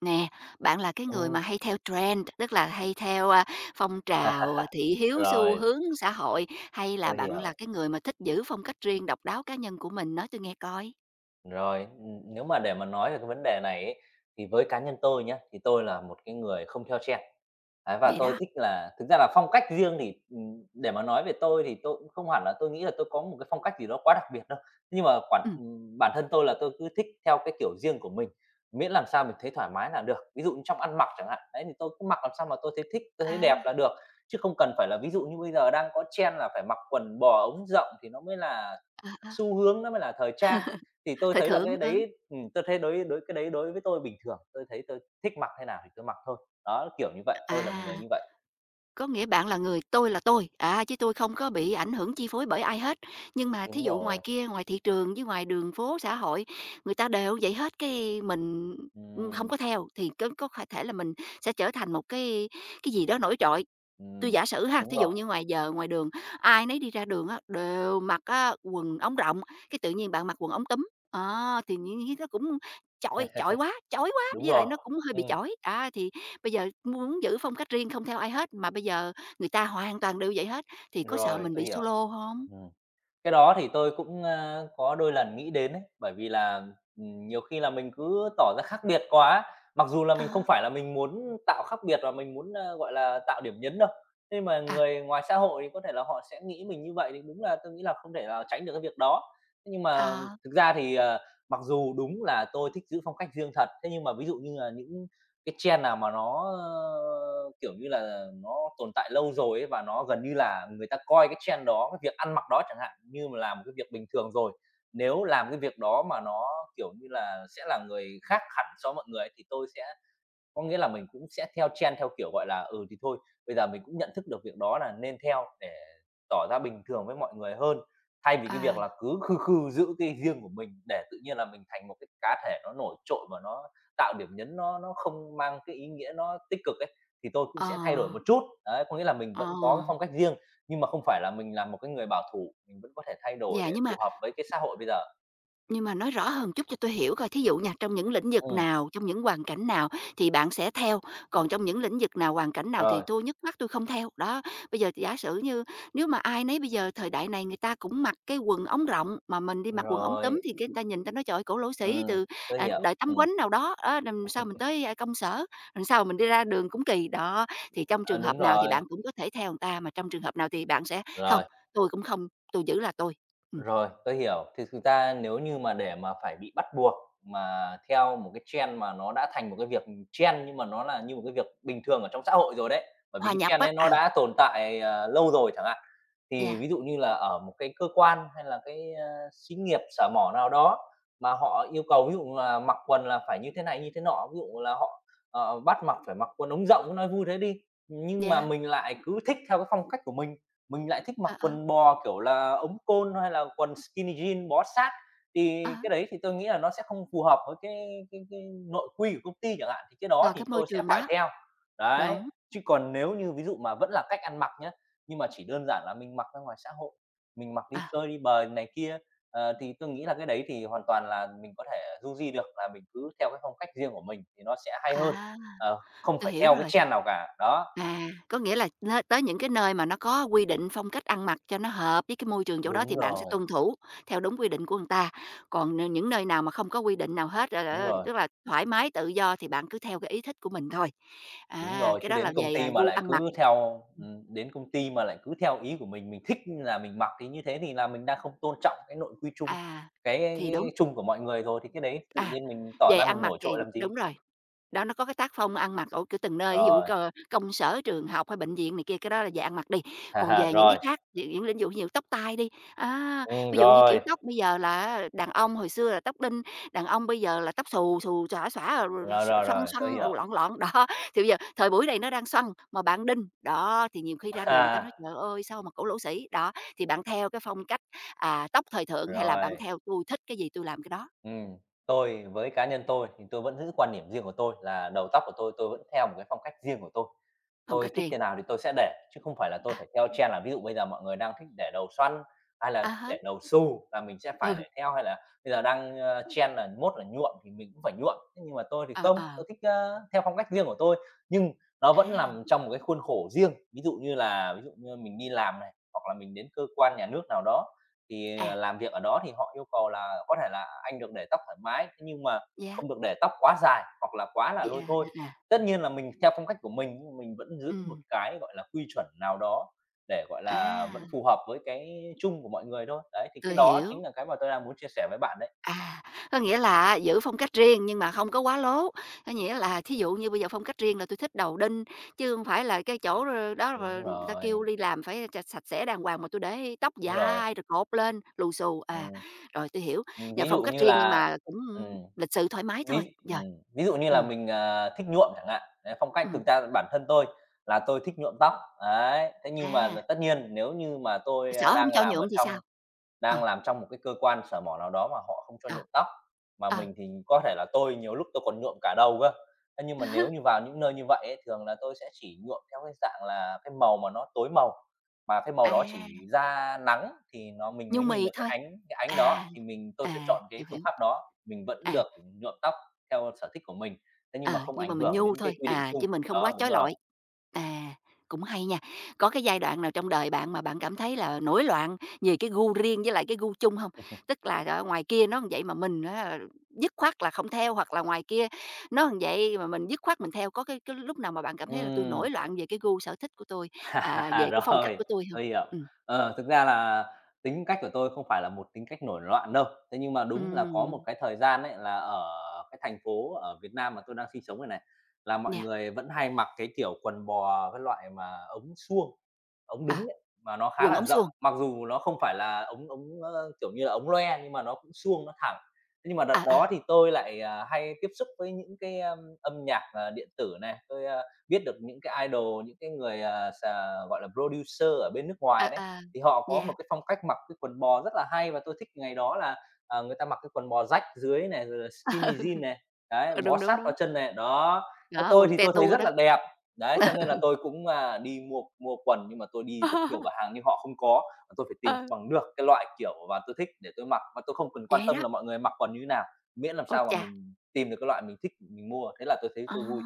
Nè, bạn là cái người Ừm. mà hay theo trend, tức là hay theo, phong trào, à, thị hiếu, xu Rồi, hướng xã hội, hay là tôi bạn là hiểu. cái người mà thích giữ phong cách riêng, độc đáo cá nhân của mình? Nói tui nghe coi. Nếu mà để mà nói về cái vấn đề này ấy, thì với cá nhân tôi nhé, thì tôi là một cái người không theo trend. Đấy, và Vậy tôi đó, thích là thực ra là phong cách riêng thì, để mà nói về tôi thì tôi cũng không hẳn là tôi nghĩ là tôi có một cái phong cách gì đó quá đặc biệt đâu. Nhưng mà quản ừ bản thân tôi là tôi cứ thích theo cái kiểu riêng của mình, miễn làm sao mình thấy thoải mái là được. Ví dụ như trong ăn mặc chẳng hạn, đấy, thì tôi cứ mặc làm sao mà tôi thấy thích, tôi thấy đẹp à, là được, chứ không cần phải là ví dụ như bây giờ đang có trend là phải mặc quần bò ống rộng thì nó mới là ờ, ờ, xu hướng, nó mới là thời trang. Thì tôi thời thấy là thượng, cái ờ, đấy tôi thấy đối đối cái đấy đối với tôi bình thường, tôi thấy tôi thích mặc thế nào thì tôi mặc thôi. Đó, kiểu như vậy, tôi là một à, người như vậy. có nghĩa bạn là người "Tôi là tôi", à, chứ tôi không có bị ảnh hưởng, chi phối bởi ai hết. Nhưng mà thí Đúng dụ ngoài rồi, kia, ngoài thị trường với ngoài đường phố xã hội, người ta đều vậy hết, cái mình, không ừm, có theo, thì có thể là mình sẽ trở thành một cái gì đó nổi trội. Tôi ừm, giả sử ha, đúng thí dụ rồi, như ngoài giờ, ngoài đường, ai nấy đi ra đường á, đều mặc á quần ống rộng, cái tự nhiên bạn mặc quần ống túm, ờ, thì nghĩ nó cũng chọi chọi quá, chói quá, đúng với lại rồi, nó cũng hơi bị ừm, chói. Á, thì bây giờ muốn giữ phong cách riêng không theo ai hết, mà bây giờ người ta hoàn toàn đều vậy hết, thì có sợ rồi, mình bị tôi hiểu. solo không? Ừm. Cái đó thì tôi cũng, a, có đôi lần nghĩ đến ấy, bởi vì là, nhiều khi là mình cứ tỏ ra khác biệt quá mặc dù là mình không À phải là mình muốn tạo khác biệt và mình muốn, a, gọi là, tạo điểm nhấn đâu. Nhưng mà à người ngoài xã hội thì có thể là họ sẽ nghĩ mình như vậy thì đúng là tôi nghĩ là không thể là tránh được cái việc đó. Thế nhưng mà à, thực ra thì, ờ, mặc dù đúng là tôi thích giữ phong cách riêng thật, thế nhưng mà ví dụ như là những cái trend nào mà nó, ơ, kiểu như là, nó tồn tại lâu rồi ấy, và nó gần như là người ta coi cái trend đó, cái việc ăn mặc đó chẳng hạn, như mà là một cái việc bình thường rồi. Nếu làm cái việc đó mà nó, kiểu như là, sẽ là người khác hẳn so với mọi người ấy, thì tôi sẽ có nghĩa là mình cũng sẽ theo trend theo kiểu, gọi là, ừ, thì thôi, bây giờ mình cũng nhận thức được việc đó là nên theo để tỏ ra bình thường với mọi người hơn, thay vì ờ, cái à, việc là cứ khư khư giữ cái riêng của mình để tự nhiên là mình thành một cái cá thể nó nổi trội và nó tạo điểm nhấn nó không mang cái ý nghĩa nó tích cực ấy, thì tôi cũng ờ, sẽ thay đổi một chút. Đấy, có nghĩa là mình ờ. vẫn có cái phong cách riêng, nhưng mà không phải là mình là một cái người bảo thủ, mình vẫn có thể thay đổi Yeah, để nhưng mà phù hợp với cái xã hội bây giờ. Nhưng mà nói rõ hơn chút cho tôi hiểu coi, thí dụ nha, trong những lĩnh vực Ừm, nào, trong những hoàn cảnh nào thì bạn sẽ theo, còn trong những lĩnh vực nào, hoàn cảnh nào thì rồi, tôi nhứt mắt tôi không theo. Đó, bây giờ giả sử như nếu mà ai nấy bây giờ thời đại này người ta cũng mặc cái quần ống rộng, mà mình đi mặc quần ống túm rồi, thì cái người ta nhìn ta nói trời ơi, cổ lỗ sĩ ừm, từ, tôi à, hiểu, đời Tám ừm, Quánh nào đó, đó, làm sao mình tới, công sở, làm sao mình đi ra đường cũng kỳ. Đó, thì trong ờ, trường hợp đúng nào thì rồi, bạn cũng có thể theo người ta, mà trong trường hợp nào thì bạn sẽ "Không, rồi. tôi cũng không, tôi giữ là tôi." Ừm, Rồi, tôi hiểu. Thì thực ra nếu như mà để mà phải bị bắt buộc mà theo một cái trend mà nó đã thành một cái việc, trend nhưng mà nó là như một cái việc bình thường ở trong xã hội rồi đấy, bởi vì hòa cái nhập trend á, ấy nó à đã tồn tại, ờ, lâu rồi chẳng hạn. Thì dạ. ví dụ như là ở một cái cơ quan hay là cái, ơ, xí nghiệp, sở mỏ nào đó mà họ yêu cầu ví dụ là mặc quần là phải như thế này, như thế nọ, ví dụ là họ, ờ, bắt mặc phải mặc quần ống rộng, nói vui thế đi, nhưng mà Dạ, mình lại cứ thích theo cái phong cách của mình. Mình lại thích mặc ờ, ờ, quần bò, kiểu là, ống côn hay là quần skinny jean bó sát, ờ, thì cái đấy thì tôi nghĩ là nó sẽ không phù hợp với cái nội quy của công ty chẳng hạn, thì cái đó vào thì cái môi tôi sẽ trường phải đó, theo. Đấy, đúng, chứ còn nếu như ví dụ mà vẫn là cách ăn mặc nhé nhưng mà chỉ đơn giản là mình mặc ra ngoài xã hội, mình mặc đi à, chơi đi bời này kia, ờ, thì tôi nghĩ là cái đấy thì hoàn toàn là mình có thể du di được, là mình cứ theo cái phong cách riêng của mình thì nó sẽ hay hơn, à, ờ, không tôi phải hiểu theo cái rồi. trend nào cả. Đó. À, có nghĩa là nơi tới những cái nơi mà nó có quy định phong cách ăn mặc cho nó hợp với cái môi trường chỗ đó thì Đúng bạn sẽ rồi, tuân thủ theo đúng quy định của người ta, còn n những nơi nào mà không có quy định nào hết, ờ, đúng ờ, rồi. tức là thoải mái tự do thì bạn cứ theo cái ý thích của mình thôi. Đúng À, rồi, cái chứ đó là đến công về, à, ty mà gu lại ăn cứ mặc. theo Ừm, đến công ty mà lại cứ theo ý của mình thích là mình mặc thì như thế thì là mình đang không tôn trọng cái nội quy chung, à, cái thì đúng, cái chung của mọi người rồi, thì cái đấy tự à, nhiên mình tỏ về ra ăn mình mặc nổi thì trội làm gì. đúng rồi. Đó, nó có cái tác phong ăn mặc ở, kiểu, từng nơi, ví dụ c Rồi, công sở, trường học hay bệnh viện này kia, cái đó là về ăn mặc đi. ha Còn ha, về những cái rồi, khác, những lĩnh vực như tóc tai đi, á, ừm, ví dụ như kiểu rồi, tóc bây giờ là đàn ông hồi xưa là tóc đinh, đàn ông bây giờ là tóc xù, xù, xõa, xõa, rồi rồi, rồi rồi, xoăn rồi, tôi xoăn, rồi hiểu. loạn loạn. Đó, thì bây giờ thời buổi này nó đang xoăn, mà bạn đinh, đó, thì nhiều khi ra đường ta nói À, "Trời ơi, sao mà cổ lỗ sĩ?" Đó, thì bạn theo cái phong cách, à, tóc thời thượng hay là bạn rồi. theo tôi thích cái gì tôi làm cái đó", Ừm, tôi với cá nhân tôi thì tôi vẫn giữ quan điểm riêng của tôi là đầu tóc của tôi vẫn theo một cái phong cách riêng của tôi. phong Tôi cách thích riêng. thế nào thì tôi sẽ để, chứ không phải là tôi À, phải theo trend là ví dụ bây giờ mọi người đang thích để đầu xoăn, hay là à thích há, để đầu xù là mình sẽ phải ừ, để theo, hay là bây giờ đang, ơ, trend là mốt là nhuộm thì mình cũng phải nhuộm. Thế nhưng mà tôi thì ờ, không, ờ, tôi thích, ơ, theo phong cách riêng của tôi, nhưng nó vẫn à. nằm trong một cái khuôn khổ riêng. Ví dụ như mình đi làm này, hoặc là mình đến cơ quan nhà nước nào đó thì, ờ, À, làm việc ở đó thì họ yêu cầu là có thể là anh được để tóc thoải mái, thế nhưng mà giá không được để tóc quá dài hoặc là quá là dạ, lôi à, thôi. à, à, Tất nhiên là mình theo phong cách của mình, nhưng mình vẫn giữ một ừm, cái, gọi là, quy chuẩn nào đó để, gọi là, vẫn à, phù hợp với cái chung của mọi người thôi. Đấy, thì cái tôi đó hiểu. chính là cái mà tôi đang muốn chia sẻ với bạn đấy. À, có nghĩa là giữ phong cách riêng nhưng mà không có quá lố, có nghĩa là thí dụ như bây giờ phong cách riêng là tôi thích đầu đinh, chứ không phải là cái chỗ, ơ, đó rồi Đúng người ta rồi, kêu đi làm phải ch sạch sẽ đàng hoàng mà tôi để tóc đúng rồi. dài rồi cột lên lù xù, à, Ừm, rồi tôi hiểu, và ví phong dụ cách như riêng nhưng là mà cũng ừm. lịch sự thoải mái thôi, Ví rồi. Ví dụ như là Ừm, mình, à, thích nhuộm chẳng hạn, đấy, phong cách ừm, thực ra bản thân tôi là tôi thích nhuộm tóc, đấy. Thế nhưng mà là à, tất nhiên nếu như mà tôi, a, sợ không cho nhuộm thì sao? Đang Ờ, làm trong một cái cơ quan sở mỏ nào đó mà họ không cho ờ. nhuộm tóc, mà Ờ, mình thì có thể là tôi nhiều lúc tôi còn nhuộm cả đầu cơ. Thế nhưng mà nếu như vào những nơi như vậy ấy, thường là tôi sẽ chỉ nhuộm theo cái dạng là cái màu mà nó tối màu, mà cái màu đó à, chỉ ra nắng thì nó mình mới nhung nhìn mì được cái thôi. ánh cái ánh À, đó, thì tôi sẽ à, chọn cái hiểu, hiểu. phương pháp đó, mình vẫn À, được nhuộm tóc theo sở thích của mình, thế nhưng ờ, mà không nhưng mà ảnh mình hưởng nhu đến cái thôi, quy định à, chứ chung. mình không quá Đó, đúng trói rồi. lọi. À, cũng hay nha. Có cái giai đoạn nào trong đời bạn mà bạn cảm thấy là nổi loạn về cái gu riêng với lại cái gu chung không? Tức là ở ngoài kia nó như vậy mà mình á dứt khoát là không theo, hoặc là ngoài kia nó như vậy mà mình dứt khoát mình theo. Có cái lúc nào mà bạn cảm thấy là tôi Ừm. nổi loạn về cái gu sở thích của tôi, à, về cái phong cách Rồi, của tôi không? tôi hiểu. Ừm, Ờ, thực ra là tính cách của tôi không phải là một tính cách nổi loạn đâu. Thế nhưng mà đúng là có một ừm, cái thời gian ấy là ở cái thành phố ở Việt Nam mà tôi đang sinh sống này này, là mọi yeah, người vẫn hay mặc cái kiểu quần bò cái loại mà ống suông, ống đứng à, ấy, mà nó khá quần là ống rộng. suông, Mặc dù nó không phải là ống ống, ơ, kiểu như là, ống loe nhưng mà nó cũng suông nó thẳng. Thế nhưng mà à, đợt à, đó thì tôi lại, à, hay tiếp xúc với những cái, ưm, âm nhạc, ờ, điện tử này, tôi, à, biết được những cái idol, những cái người, à, s à, gọi là, producer ở bên nước à, ngoài đấy, à, thì họ có yeah. một cái phong cách mặc cái quần bò rất là hay và tôi thích ngày đó là, à, người ta mặc cái quần bò rách dưới này, rồi là skinny jean này, đấy, Ờ, bó đúng, đúng, sát vào đúng. chân này, đó. Thế Đó, tôi quần thì te tôi thấy tua rất đó. là đẹp, đấy, cho nên là tôi cũng, à, đi mua mua quần nhưng mà tôi đi rất nhiều cửa hàng nhưng họ không có, và tôi phải tìm Ờ, cho bằng được cái loại kiểu mà tôi thích để tôi mặc, và tôi không cần quan vậy tâm đó. là mọi người mặc quần như thế nào, miễn làm Ôi sao mà chà! mình tìm được cái loại mình thích mình mua, thế là tôi thấy Ờ, tôi vui.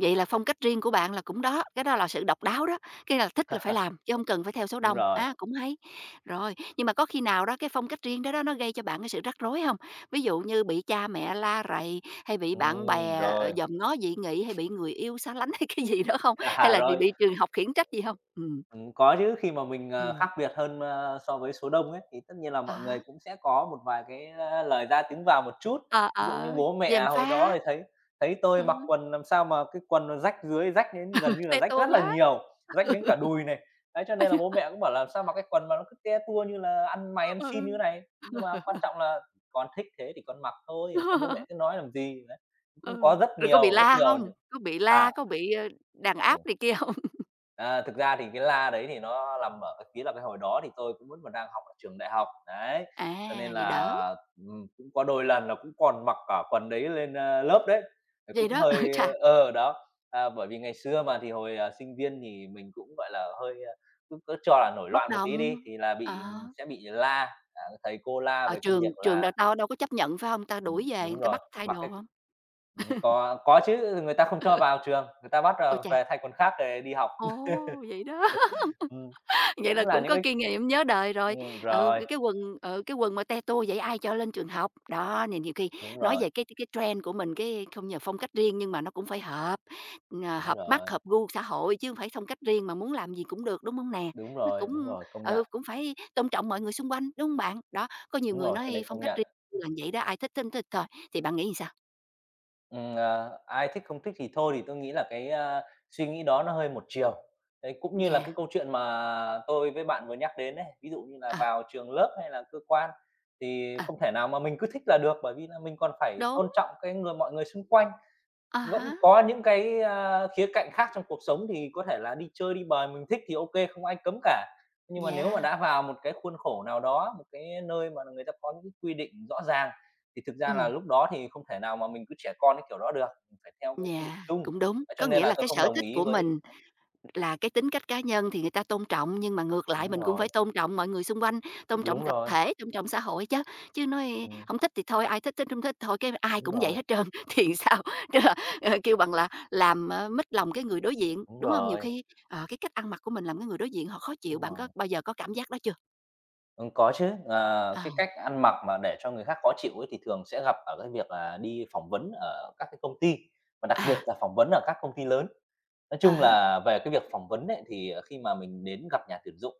vậy là phong cách riêng của bạn là cũng đó, cái đó là sự độc đáo đó, cái là thích là phải làm, chứ không cần phải theo số Đúng đông, rồi. á, cũng hay. Rồi, nhưng mà có khi nào đó cái phong cách riêng đó đó nó gây cho bạn cái sự rắc rối không? Ví dụ như bị cha mẹ la rầy, hay bị bạn bè, ờ, Rồi. dòm ngó dị nghị, hay bị người yêu xa lánh hay cái gì đó không? Hay À, là bị rồi, bị trường học khiển trách gì không? Ừ có chứ, khi mà mình, ừ khác biệt hơn, so với số đông ấy, thì tất nhiên là à mọi người há, cũng sẽ có một vài cái, lời ra tiếng vào một chút. ờ, Ví dụ như ờ, bố gièm mẹ hồi đó pha, thì thấy thấy ừ, tôi mặc quần làm sao mà cái quần nó rách dưới, rách đến gần như là te rách tua rất là quá. nhiều, rách đến cả đùi này. Đấy, cho nên là bố mẹ cũng bảo làm: "Sao mặc cái quần mà nó cứ te tua như là ăn mày ăn xin như thế Ừ. này?" Nhưng mà quan trọng là: "Con thích thế thì con mặc thôi, sao bố mẹ cứ nói làm gì?" Đấy, cũng có Ừ, rồi có bị rất la nhiều hông? những Có bị à. la, có bị, ơ, đàn Ừm. áp này kia hông? À, thực ra thì cái la đấy thì nó nằm ở cái phía là cái hồi đó thì tôi cũng vẫn còn đang học ở trường đại học, đấy, cho À, nên vậy đỡ, là, cũng có đôi lần là cũng còn mặc cả quần đấy lên, lớp đấy, thì vậy cũng đó, ừ, hơi chà, ờ, đó. À, bởi vì ngày xưa mà thì hồi, sinh viên thì mình cũng, gọi là, hơi, a, cứ cứ cho là nổi bốc loạn một tí đồng, đi, thì là ờ, bị mình sẽ bị la, thầy cô la ờ, về cái trường việc trường là đâu đâu đâu có chấp nhận, phải hông? Ta đuổi về người đúng ta rồi, bắt thay mặc đồ cái hông? Có chứ, người ta không cho vào trường, người ta bắt, Ôi chà, về thay quần khác để đi học. ồ, vậy đó. Ừm, nó Vậy là cũng là cũng những có kinh nghiệm nhớ đời rồi. ừm, Ừ, rồi, cái quần ừ, cái quần mà te tua vậy ai cho lên trường học. Đó, nên nhiều khi đúng nói rồi, về cái trend của mình, cái không nhờ phong cách riêng nhưng mà nó cũng phải hợp, à, đúng hợp mắt, rồi, hợp gu xã hội chứ không phải phong cách riêng mà muốn làm gì cũng được, đúng không nè? đúng Nó rồi, cũng đúng rồi, công ừ, nhận, cũng phải tôn trọng mọi người xung quanh, đúng hông bạn? Đó, có nhiều đúng người rồi, cái nói đấy phong công cách nhận. riêng là vậy đó, ai thích thích thích thôi, thì bạn nghĩ sao? Ờ, ai thích không thích thì thôi thì tôi nghĩ là cái, suy nghĩ đó nó hơi một chiều. Đấy, cũng như là Nhà cái câu chuyện mà tôi với bạn vừa nhắc đến đấy ví dụ như là ờ, vào trường lớp hay là cơ quan thì ờ, không thể nào mà mình cứ thích là được, bởi vì là mình còn phải đúng, tôn trọng cái người mọi người xung quanh. à Vẫn há, có những cái, khía cạnh khác trong cuộc sống thì có thể là đi chơi, đi bời mình thích thì ok không ai cấm cả. Nhưng mà nếu mà yeah, đã vào một cái khuôn khổ nào đó, một cái nơi mà người ta có những cái quy định rõ ràng, thì thực ra là ừm, lúc đó thì không thể nào mà mình cứ trẻ con cái kiểu đó được, mình phải theo cái quy định yeah, chung. cũng đúng. Thế Có cho nên nghĩa là là tôi cái không sở đồng thích ý của với mình là cái tính cách cá nhân thì người ta tôn trọng, nhưng mà ngược lại đúng mình cũng phải rồi, tôn trọng mọi người xung quanh, tôn trọng đúng tập rồi, thể, tôn trọng xã hội chứ. Chứ nói ừm, không thích thì thôi, ai thích thích, không thích thôi, cái ai đúng cũng vậy rồi, hết trơn thì sao? Tức là, ờ, kêu bằng là làm, ờ, mếch lòng cái người đối diện, đúng đúng không? Nhiều rồi, khi, ờ, cái cách ăn mặc của mình làm cái người đối diện họ khó chịu, đúng bạn có rồi. bao giờ có cảm giác đó chưa? Có chứ, Ờ, à, cái cách ăn mặc mà để cho người khác khó chịu ấy thì thường sẽ gặp ở cái việc là đi phỏng vấn ở các cái công ty, và đặc biệt à là phỏng vấn ở các công ty lớn. Nói ờ chung hả là về cái việc phỏng vấn ấy, thì, khi mà mình đến gặp nhà tuyển dụng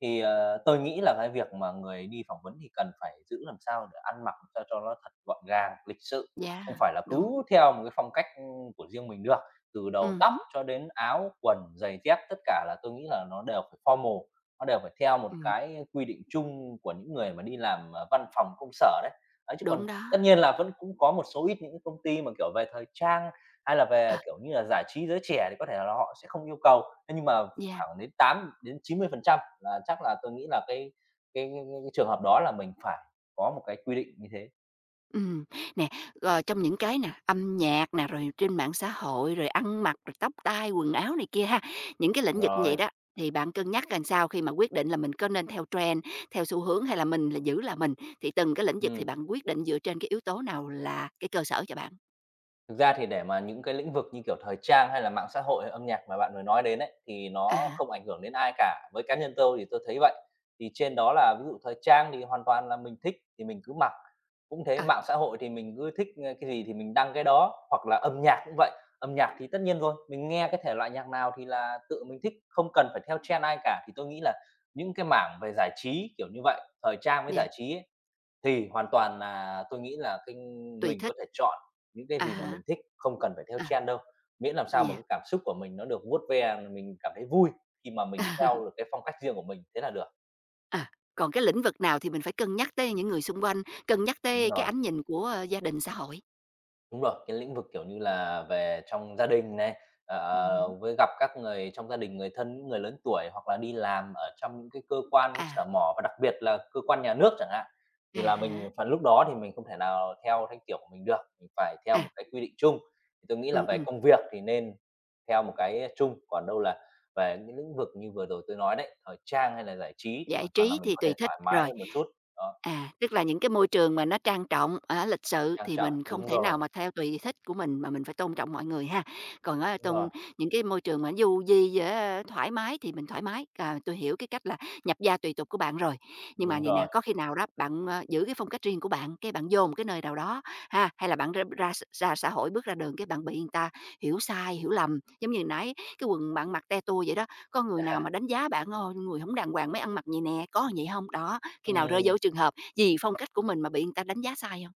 thì, tôi nghĩ là cái việc mà người đi phỏng vấn thì cần phải giữ làm sao để ăn mặc sao cho nó thật gọn gàng, lịch sự, không dạ phải là cứ đúng, theo một cái phong cách, ừ, của riêng mình được. Từ đầu tóc hứm, cho đến áo, quần, giày dép, tất cả là tôi nghĩ là nó đều phải formal, nó đều phải theo một ừm, cái quy định chung của những người mà đi làm, văn phòng công sở đấy. Ấy, chứ còn đúng tất đó, nhiên là vẫn cũng có một số ít những cái công ty mà, kiểu, về thời trang hay là ờ, về, kiểu như là, giải trí giới trẻ thì có thể là họ sẽ không yêu cầu, thế nhưng mà yeah. khoảng đến 80 đến 90% là chắc là tôi nghĩ là cái cái trường hợp đó là mình phải có một cái quy định như thế. Ừm, nè, ờ, trong những cái nè, âm nhạc nè, rồi trên mạng xã hội, rồi ăn mặc, rồi tóc tai, quần áo này kia ha, những cái lĩnh vực như vậy Rồi, đó, thì bạn cân nhắc làm sao khi mà quyết định là mình có nên theo trend, theo xu hướng hay là mình là giữ là mình? Thì từng cái lĩnh vực thì ừm. bạn quyết định dựa trên cái yếu tố nào là cái cơ sở cho bạn? Thực ra thì để mà những cái lĩnh vực như kiểu thời trang hay là mạng xã hội hay âm nhạc mà bạn vừa nói đến ấy, thì À nó há, không ảnh hưởng đến ai cả. Với cá nhân tôi thì tôi thấy vậy. Thì trên đó là ví dụ thời trang thì hoàn toàn là mình thích thì mình cứ mặc. Cũng thế, à mạng xã hội thì mình cứ thích, cái gì thì mình đăng cái đó, hoặc là âm nhạc cũng vậy. Âm nhạc thì tất nhiên rồi, mình nghe cái thể loại nhạc nào thì là tự mình thích, không cần phải theo trend ai cả. Thì tôi nghĩ là những cái mảng về giải trí, kiểu như vậy, thời trang với yeah, giải trí ấy, thì hoàn toàn là tôi nghĩ là cái tùy mình thích, có thể chọn những cái à gì mà há, mình thích, không cần phải theo à trend đâu, miễn làm sao mà yeah. cái cảm xúc của mình nó được vuốt ve, mình cảm thấy vui khi mà mình theo được cái phong cách riêng của mình, thế là được. À, còn cái lĩnh vực nào thì mình phải cân nhắc tới những người xung quanh, cân nhắc Đúng tới cái rồi. ánh nhìn của, ờ, gia đình, xã hội? Đúng rồi, cái lĩnh vực, kiểu như là, về trong gia đình này, Hứm, với gặp các người trong gia đình, người thân, những người lớn tuổi hoặc là đi làm ở trong những cái cơ quan, cái à, sở mỏ và đặc biệt là cơ quan nhà nước chẳng hạn, à thì là mình há, phần lúc đó thì mình không thể nào theo theo kiểu của mình được, mình phải theo một à, cái quy định chung. Thì tôi nghĩ là về ừm. công việc thì nên theo một cái chung, còn đâu là về những lĩnh vực như vừa rồi tôi nói đấy, thời trang hay là giải trí thì Giải hoàn toàn là trí mình thì có tùy thể thích, thoải mái rồi. hơn một chút, đó, À, tức là những cái môi trường mà nó trang trọng, á, lịch sự trang thì trọng. mình không Đúng thể nào rồi, mà theo tùy thích của mình mà mình phải tôn trọng mọi người ha. Còn ở đúng rồi, trong những cái môi trường mà du di, ờ, thoải mái thì mình thoải mái. À, tôi hiểu cái cách là nhập gia tùy tục của bạn rồi. Nhưng mà đúng vậy nè, rồi. có khi nào đó bạn, ờ, giữ cái phong cách riêng của bạn, cái bạn vô một cái nơi nào đó ha, hay là bạn ra ra ra xã hội bước ra đường cái bạn bị người ta hiểu sai, hiểu lầm, giống như nãy cái quần bạn mặc te tua vậy đó, có người nào mà đánh giá bạn: "Ôi, người không đàng hoàng mới ăn mặc vậy nè", có vậy không? Đó, khi nào rơi Ừm. vô trường hợp vì phong cách của mình mà bị người ta đánh giá sai hông?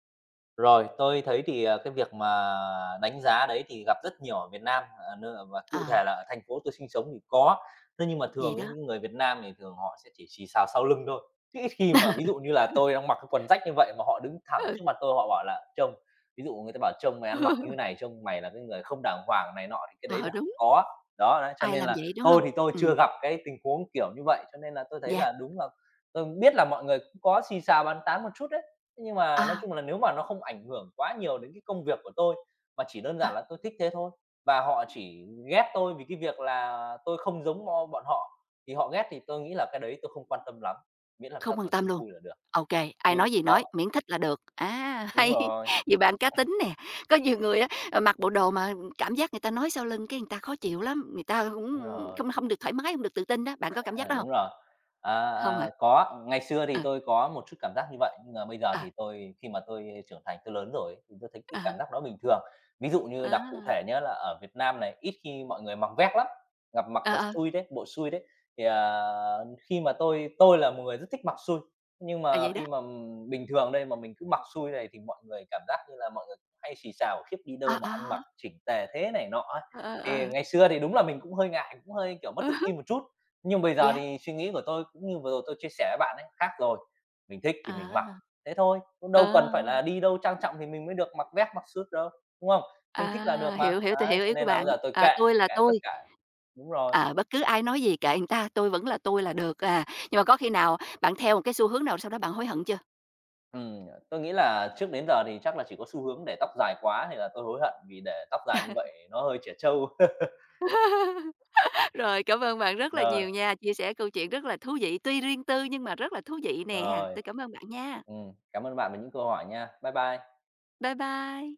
Rồi, tôi thấy thì, cái việc mà đánh giá đấy thì gặp rất nhiều ở Việt Nam, ờ, n và cụ Ờ, thể là ở thành phố tôi sinh sống thì có. Thế nhưng mà vậy thường ấy, đó. những người Việt Nam thì thường họ sẽ chỉ xì xào sau lưng thôi, chứ ít khi mà ví dụ như là tôi đang mặc cái quần rách như vậy mà họ đứng thẳng Ừ. trước mặt tôi họ bảo là "Trông" ví dụ người ta bảo "Trông mày ăn mặc như này, trông mày là cái người không đàng hoàng" này nọ thì cái đấy Ờ, là đúng, không có. Đó, đấy, cho ai nên làm là vậy, đúng tôi hông? thì tôi Ừm, chưa gặp cái tình huống kiểu như vậy, cho nên là tôi thấy yeah, là đúng là tôi biết là mọi người cũng có xì xào bàn tán một chút đấy nhưng mà nói à, chung là nếu mà nó không ảnh hưởng quá nhiều đến cái công việc của tôi, mà chỉ đơn giản à, là tôi thích thế thôi, và họ chỉ ghét tôi vì cái việc là tôi không giống bo bọn họ, thì họ ghét thì tôi nghĩ là cái đấy tôi không quan tâm lắm, miễn làm sao không quan tôi tâm thấy luôn. vui là được. Ô kê, ai Vì nói gì đó, nói, miễn thích là được. Á, đúng hay, rồi, vậy bạn cá tính nè, có nhiều người á, ờ, mặc bộ đồ mà cảm giác người ta nói sau lưng cái người ta khó chịu lắm, người ta cũng đúng rồi. không không được thoải mái, hông được tự tin đó, bạn có cảm giác À, đó hông? đúng rồi. À, Hông hả? à, có, ngày xưa thì Ờ, tôi có một chút cảm giác như vậy, nhưng mà bây giờ ờ, thì tôi khi mà tôi trưởng thành, tôi lớn rồi ấy, thì tôi thấy à cái cảm há, giác đó bình thường. Ví dụ như đặc cụ á, thể nhé là ở Việt Nam này, ít khi mọi người mặc vest lắm, gặp mặc ờ, còn ờ, xui đấy, bộ xui đấy. Thì, khi mà tôi là một người rất thích mặc xui, nhưng à, mà vậy đó. khi mà, bình thường đây mà mình cứ mặc xui này thì mọi người cảm giác như là mọi người cũng hay xì xào: "Khiếp, đi Ờ, đâu mà ờ, ăn mặc chỉnh tề thế?" này nọ ấy. ờ, Thì ờ, ngày xưa thì đúng là mình cũng hơi ngại, cũng hơi, kiểu, mất ờ, tự tin một chút, dạ, ờ nhưng bây hứm, giờ yeah, thì suy nghĩ của tôi cũng như vừa rồi tôi chia sẻ với bạn ấy, khác rồi. Mình thích thì mình mặc, à. thế thôi, cũng đâu cần phải À, là đi đâu trang trọng thì mình mới được mặc vest, mặc suit đâu, đúng không? Mình thích là à, được mà. hiểu, hiểu, tôi Đấy, hiểu cho ý của nên là bạn. bây giờ tôi À, kệ, "Tôi là kệ tất tôi." cả đúng rồi. À, bất cứ ai nói gì kệ người ta, tôi vẫn là tôi là được, à. Nhưng mà có khi nào bạn theo một cái xu hướng nào sau đó bạn hối hận chưa? Tôi nghĩ là trước đến giờ thì chắc là chỉ có xu hướng để tóc dài quá thì là tôi hối hận vì để tóc dài như vậy nó hơi trẻ trâu. Rồi, cảm ơn bạn rất là Rồi, nhiều nha, chia sẻ câu chuyện rất là thú vị, tuy riêng tư nhưng mà rất là thú vị nè. rồi, Tôi cảm ơn bạn nha. Cảm ơn bạn về những câu hỏi nha. Bye bye. Bye bye.